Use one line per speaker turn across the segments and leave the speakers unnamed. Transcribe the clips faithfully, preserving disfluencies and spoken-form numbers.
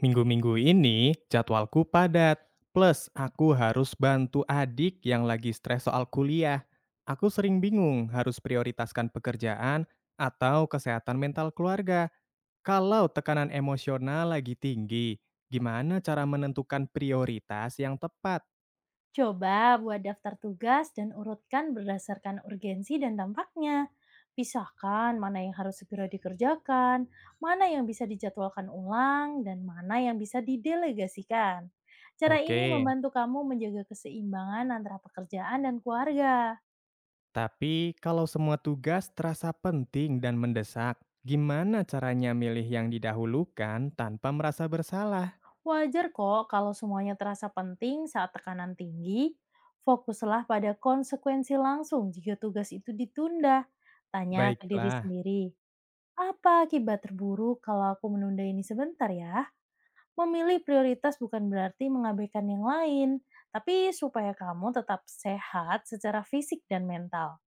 Minggu-minggu ini jadwalku padat, plus aku harus bantu adik yang lagi stres soal kuliah. Aku sering bingung harus prioritaskan pekerjaan atau kesehatan mental keluarga. Kalau tekanan emosional lagi tinggi, gimana cara menentukan prioritas yang tepat?
Coba buat daftar tugas dan urutkan berdasarkan urgensi dan dampaknya. Pisahkan mana yang harus segera dikerjakan, mana yang bisa dijadwalkan ulang, dan mana yang bisa didelegasikan. Cara
Oke,
ini membantu kamu menjaga keseimbangan antara pekerjaan dan keluarga.
tapi kalau semua tugas terasa penting dan mendesak, gimana caranya milih yang didahulukan tanpa merasa bersalah?
Wajar kok kalau semuanya terasa penting saat tekanan tinggi. Fokuslah pada konsekuensi langsung jika tugas itu ditunda. Tanya ke diri
Baiklah.
sendiri, apa akibat terburuk kalau aku menunda ini sebentar ya? Memilih prioritas bukan berarti mengabaikan yang lain, tapi supaya kamu tetap sehat secara fisik dan mental.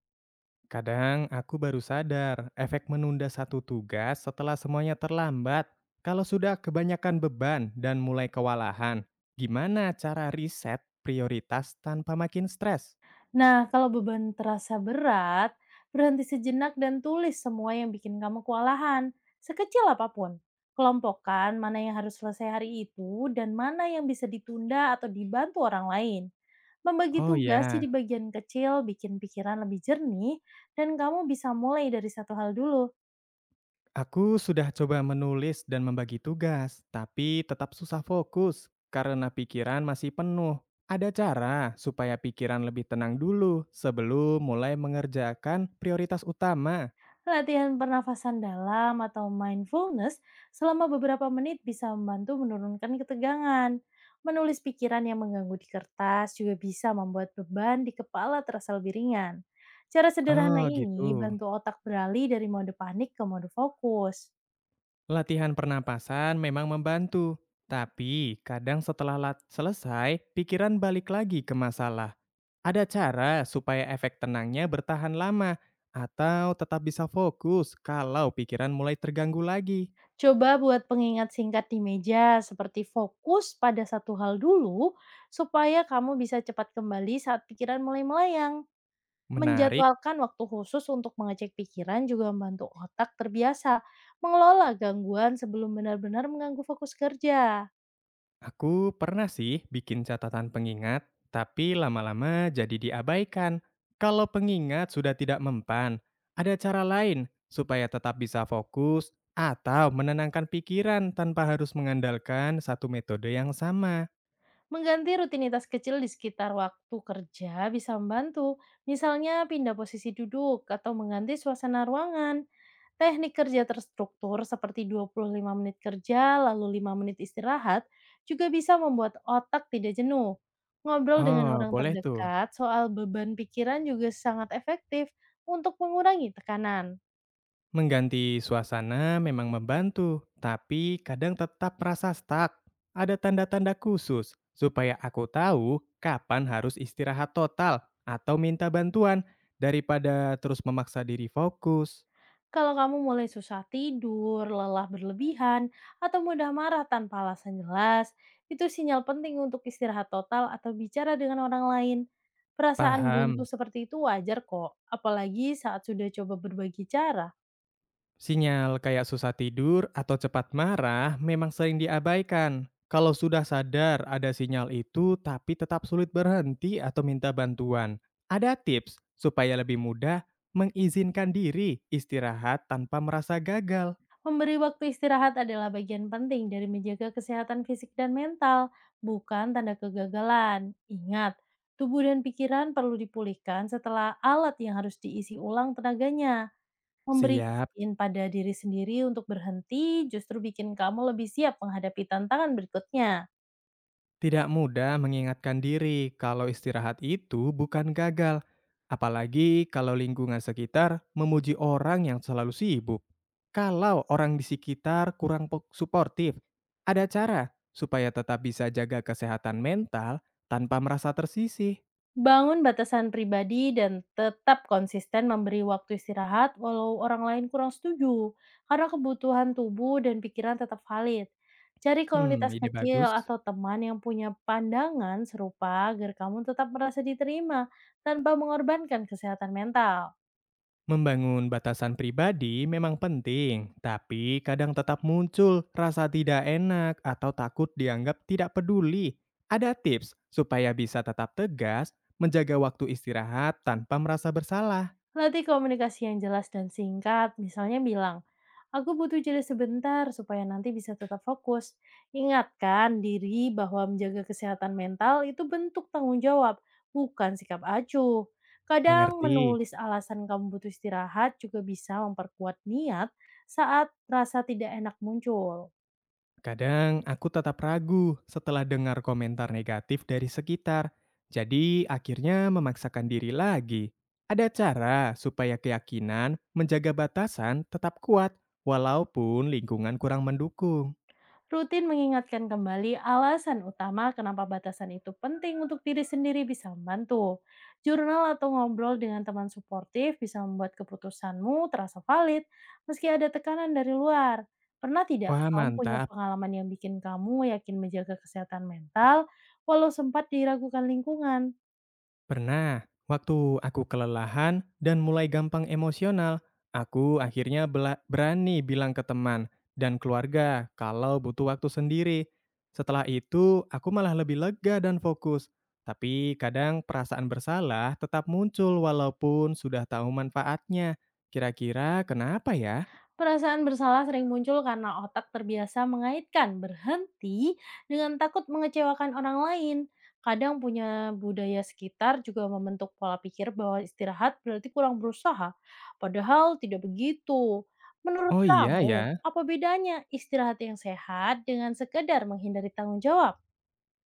Kadang aku baru sadar efek menunda satu tugas setelah semuanya terlambat. Kalau sudah kebanyakan beban dan mulai kewalahan, gimana cara riset prioritas tanpa makin stres?
Nah, kalau beban terasa berat, berhenti sejenak dan tulis semua yang bikin kamu kewalahan, sekecil apapun. Kelompokkan mana yang harus selesai hari itu dan mana yang bisa ditunda atau dibantu orang lain. Membagi
Oh
tugas
ya,
jadi bagian kecil bikin pikiran lebih jernih dan kamu bisa mulai dari satu hal dulu.
aku sudah coba menulis dan membagi tugas, tapi tetap susah fokus karena pikiran masih penuh. Ada cara supaya pikiran lebih tenang dulu sebelum mulai mengerjakan prioritas utama.
Latihan pernafasan dalam atau mindfulness selama beberapa menit bisa membantu menurunkan ketegangan. Menulis pikiran yang mengganggu di kertas juga bisa membuat beban di kepala terasa lebih ringan. Cara
Oh
sederhana
gitu.
ini bantu otak beralih dari mode panik ke mode fokus.
Latihan pernapasan memang membantu, tapi kadang setelah lat- selesai, pikiran balik lagi ke masalah. Ada cara supaya efek tenangnya bertahan lama atau tetap bisa fokus kalau pikiran mulai terganggu lagi.
Coba buat pengingat singkat di meja seperti fokus pada satu hal dulu supaya kamu bisa cepat kembali saat pikiran mulai melayang.
Menarik.
Menjadwalkan waktu khusus untuk mengecek pikiran juga membantu otak terbiasa mengelola gangguan sebelum benar-benar mengganggu fokus kerja.
Aku pernah sih bikin catatan pengingat, tapi lama-lama jadi diabaikan. Kalau pengingat sudah tidak mempan, ada cara lain supaya tetap bisa fokus atau menenangkan pikiran tanpa harus mengandalkan satu metode yang sama.
Mengganti rutinitas kecil di sekitar waktu kerja bisa membantu, misalnya pindah posisi duduk atau mengganti suasana ruangan. Teknik kerja terstruktur seperti dua puluh lima menit kerja lalu lima menit istirahat juga bisa membuat otak tidak jenuh. Ngobrol dengan
Oh,
orang
boleh tuh.
terdekat soal beban pikiran juga sangat efektif untuk mengurangi tekanan.
Mengganti suasana memang membantu, tapi kadang tetap merasa stuck. Ada tanda-tanda khusus supaya aku tahu kapan harus istirahat total atau minta bantuan daripada terus memaksa diri fokus.
Kalau kamu mulai susah tidur, lelah berlebihan, atau mudah marah tanpa alasan jelas, itu sinyal penting untuk istirahat total atau bicara dengan orang lain. Perasaan buntu
Paham.
seperti itu wajar kok, apalagi saat sudah coba berbagi cara.
Sinyal kayak susah tidur atau cepat marah memang sering diabaikan. Kalau sudah sadar ada sinyal itu tapi tetap sulit berhenti atau minta bantuan, ada tips supaya lebih mudah mengizinkan diri istirahat tanpa merasa gagal.
Memberi waktu istirahat adalah bagian penting dari menjaga kesehatan fisik dan mental, bukan tanda kegagalan. Ingat, tubuh dan pikiran perlu dipulihkan setelah alat yang harus diisi ulang tenaganya.
Siap.
Memberiin pada diri sendiri untuk berhenti justru bikin kamu lebih siap menghadapi tantangan berikutnya.
Tidak mudah mengingatkan diri kalau istirahat itu bukan gagal, apalagi kalau lingkungan sekitar memuji orang yang selalu sibuk. Kalau orang di sekitar kurang po- suportif, ada cara supaya tetap bisa jaga kesehatan mental tanpa merasa tersisih.
Bangun batasan pribadi dan tetap konsisten memberi waktu istirahat walau orang lain kurang setuju, karena kebutuhan tubuh dan pikiran tetap valid. Cari
Hmm,
komunitas
ide
kecil
bagus.
atau teman yang punya pandangan serupa agar kamu tetap merasa diterima tanpa mengorbankan kesehatan mental.
Membangun batasan pribadi memang penting, tapi kadang tetap muncul rasa tidak enak atau takut dianggap tidak peduli. Ada tips supaya bisa tetap tegas, menjaga waktu istirahat tanpa merasa bersalah.
Latih komunikasi yang jelas dan singkat, misalnya bilang, aku butuh jeda sebentar supaya nanti bisa tetap fokus. Ingatkan diri bahwa menjaga kesehatan mental itu bentuk tanggung jawab, bukan sikap acuh. Kadang
Mengerti?
menulis alasan kamu butuh istirahat juga bisa memperkuat niat saat rasa tidak enak muncul.
Kadang aku tetap ragu setelah dengar komentar negatif dari sekitar, jadi akhirnya memaksakan diri lagi. Ada cara supaya keyakinan menjaga batasan tetap kuat, walaupun lingkungan kurang mendukung.
Rutin mengingatkan kembali alasan utama kenapa batasan itu penting untuk diri sendiri bisa membantu. Jurnal atau ngobrol dengan teman suportif bisa membuat keputusanmu terasa valid meski ada tekanan dari luar. Pernah tidak
Wah,
kamu punya
mantap.
pengalaman yang bikin kamu yakin menjaga kesehatan mental walau sempat diragukan lingkungan?
Pernah, waktu aku kelelahan dan mulai gampang emosional, aku akhirnya bela- berani bilang ke teman dan keluarga kalau butuh waktu sendiri. Setelah itu, aku malah lebih lega dan fokus. Tapi kadang perasaan bersalah tetap muncul walaupun sudah tahu manfaatnya. Kira-kira kenapa ya?
Perasaan bersalah sering muncul karena otak terbiasa mengaitkan berhenti dengan takut mengecewakan orang lain. Kadang punya budaya sekitar juga membentuk pola pikir bahwa istirahat berarti kurang berusaha, padahal tidak begitu. Menurut
Oh iya
kamu,
ya.
apa bedanya istirahat yang sehat dengan sekedar menghindari tanggung jawab?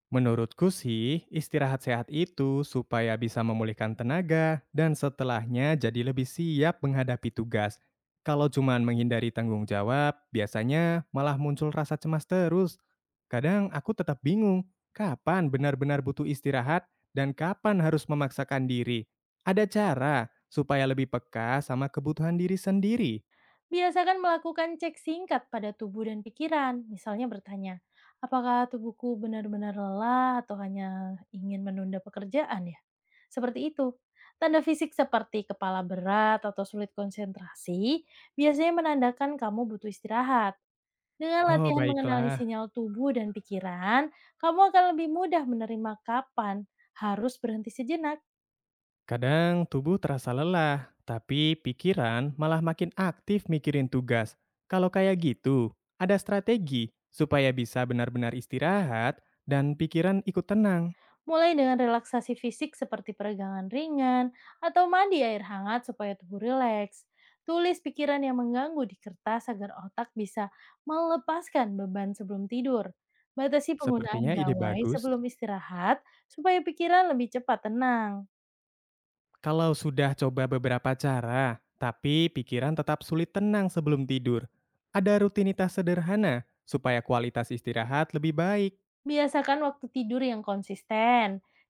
Menurutku sih, istirahat sehat itu supaya bisa memulihkan tenaga dan setelahnya jadi lebih siap menghadapi tugas. Kalau cuman menghindari tanggung jawab, biasanya malah muncul rasa cemas terus. Kadang aku tetap bingung, kapan benar-benar butuh istirahat dan kapan harus memaksakan diri. Ada cara supaya lebih peka sama kebutuhan diri sendiri.
Biasakan melakukan cek singkat pada tubuh dan pikiran, misalnya bertanya, apakah tubuhku benar-benar lelah atau hanya ingin menunda pekerjaan ya? Seperti itu. Tanda fisik seperti kepala berat atau sulit konsentrasi biasanya menandakan kamu butuh istirahat. Dengan
Oh,
latihan mengenali
baiklah.
sinyal tubuh dan pikiran, kamu akan lebih mudah menerima kapan harus berhenti sejenak.
Kadang tubuh terasa lelah, tapi pikiran malah makin aktif mikirin tugas. Kalau kayak gitu, ada strategi supaya bisa benar-benar istirahat dan pikiran ikut tenang.
Mulai dengan relaksasi fisik seperti peregangan ringan atau mandi air hangat supaya tubuh rileks. Tulis pikiran yang mengganggu di kertas agar otak bisa melepaskan beban sebelum tidur. Batasi penggunaan
Sepertinya ide
gawai
bagus.
sebelum istirahat supaya pikiran lebih cepat tenang.
Kalau sudah coba beberapa cara, tapi pikiran tetap sulit tenang sebelum tidur. Ada rutinitas sederhana supaya kualitas istirahat lebih baik.
Biasakan waktu tidur yang konsisten,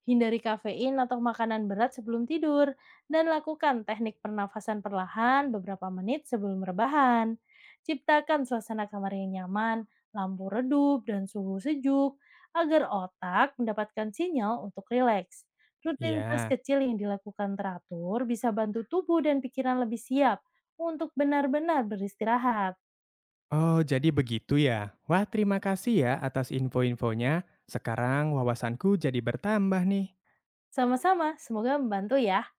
hindari kafein atau makanan berat sebelum tidur, dan lakukan teknik pernafasan perlahan beberapa menit sebelum rebahan. Ciptakan suasana kamar yang nyaman, lampu redup, dan suhu sejuk agar otak mendapatkan sinyal untuk rileks. Rutinitas
Ya.
kecil yang dilakukan teratur bisa bantu tubuh dan pikiran lebih siap untuk benar-benar beristirahat.
Oh, jadi begitu ya. Wah, terima kasih ya atas info-infonya. Sekarang wawasanku jadi bertambah nih.
Sama-sama, semoga membantu ya.